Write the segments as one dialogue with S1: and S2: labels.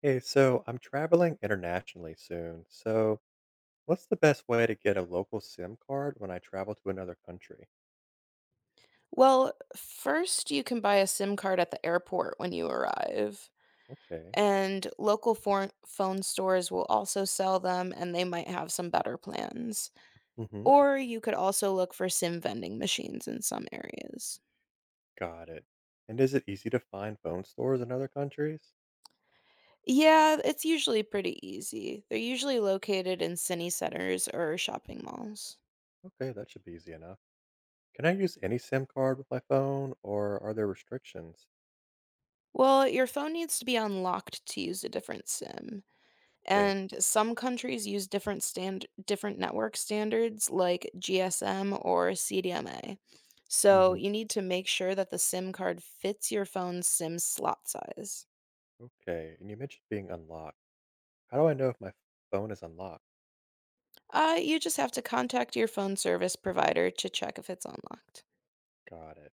S1: Hey, so I'm traveling internationally soon. So, what's the best way to get a local SIM card when I travel to another country?
S2: Well, first you can buy a SIM card at the airport when you arrive,
S1: Okay.
S2: and phone stores will also sell them and they might have some better plans.
S1: Mm-hmm.
S2: Or you could also look for SIM vending machines in some areas.
S1: Got it. And is it easy to find phone stores in other countries?
S2: Yeah, it's usually pretty easy. They're usually located in city centers or shopping malls.
S1: Okay, that should be easy enough. Can I use any SIM card with my phone, or are there restrictions?
S2: Well, your phone needs to be unlocked to use a different SIM.
S1: Okay.
S2: And some countries use different network standards like GSM or CDMA. So
S1: Mm-hmm.
S2: you need to make sure that the SIM card fits your phone's SIM slot size.
S1: Okay. And you mentioned being unlocked. How do I know if my phone is unlocked?
S2: You just have to contact your phone service provider to check if it's unlocked.
S1: Got it.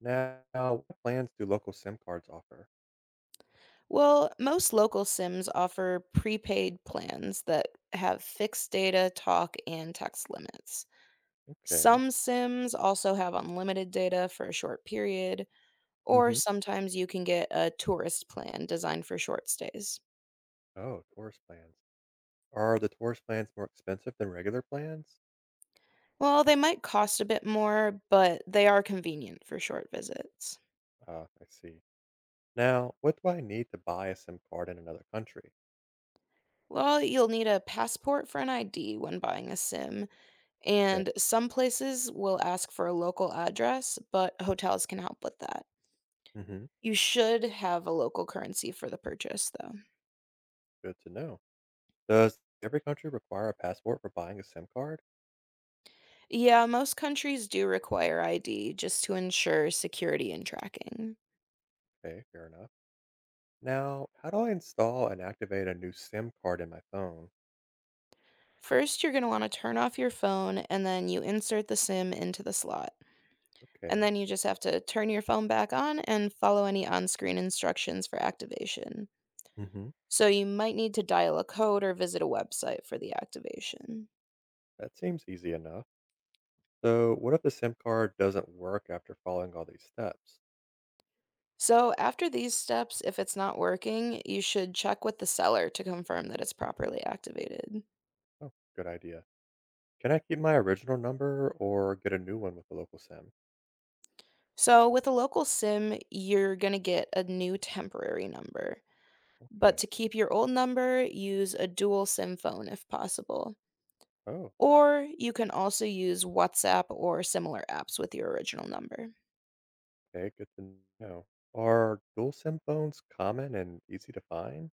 S1: Now, what plans do local SIM cards offer?
S2: Well, most local SIMs offer prepaid plans that have fixed data, talk, and text limits.
S1: Okay.
S2: Some SIMs also have unlimited data for a short period, or
S1: Mm-hmm.
S2: sometimes you can get a tourist plan designed for short stays.
S1: Oh, tourist plans. Are the tourist plans more expensive than regular plans?
S2: Well, they might cost a bit more, but they are convenient for short visits.
S1: Ah, I see. Now, what do I need to buy a SIM card in another country?
S2: Well, you'll need a passport for an ID when buying a SIM,
S1: Okay.
S2: and some places will ask for a local address, but hotels can help with that.
S1: Hmm.
S2: You should have a local currency for the purchase, though.
S1: Good to know. Does every country require a passport for buying a SIM card?
S2: Yeah, most countries do require ID just to ensure security and tracking.
S1: Okay, fair enough. Now, how do I install and activate a new SIM card in my phone?
S2: First, you're going to want to turn off your phone and then you insert the SIM into the slot. And
S1: Okay.
S2: then you just have to turn your phone back on and follow any on screen instructions for activation.
S1: hmm
S2: So you might need to dial a code or visit a website for the activation.
S1: that seems easy enough. So, what if the SIM card doesn't work after following all these steps?
S2: So, after these steps, if it's not working, you should check with the seller to confirm that it's properly activated.
S1: Oh, good idea. Can I keep my original number or get a new one with the local SIM?
S2: So, with a local SIM, you're going to get a new temporary number. But
S1: Okay.
S2: to keep your old number, use a dual SIM phone if possible.
S1: Oh.
S2: Or you can also use WhatsApp or similar apps with your original number.
S1: Okay, good to know. Are dual SIM phones common and easy to find?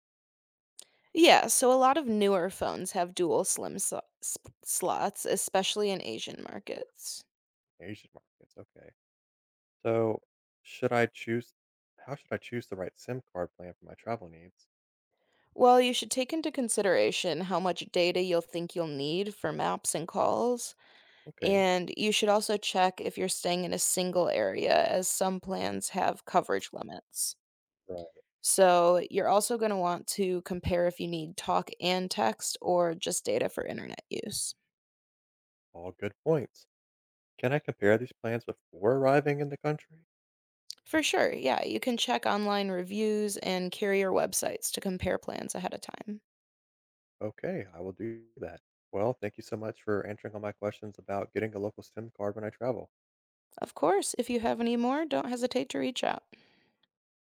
S2: Yeah, so a lot of newer phones have dual SIM slots, especially in Asian markets.
S1: Asian markets, okay. So, should I choose? How should I choose the right SIM card plan for my travel needs?
S2: Well, you should take into consideration how much data you'll think you'll need for maps and calls,
S1: Okay.
S2: and you should also check if you're staying in a single area, as some plans have coverage limits.
S1: Right.
S2: So, you're also going to want to compare if you need talk and text or just data for internet use.
S1: All good points. Can I compare these plans before arriving in the country?
S2: For sure, yeah. You can check online reviews and carrier websites to compare plans ahead of time.
S1: Okay, I will do that. Well, thank you so much for answering all my questions about getting a local SIM card when I travel.
S2: Of course, if you have any more, don't hesitate to reach out.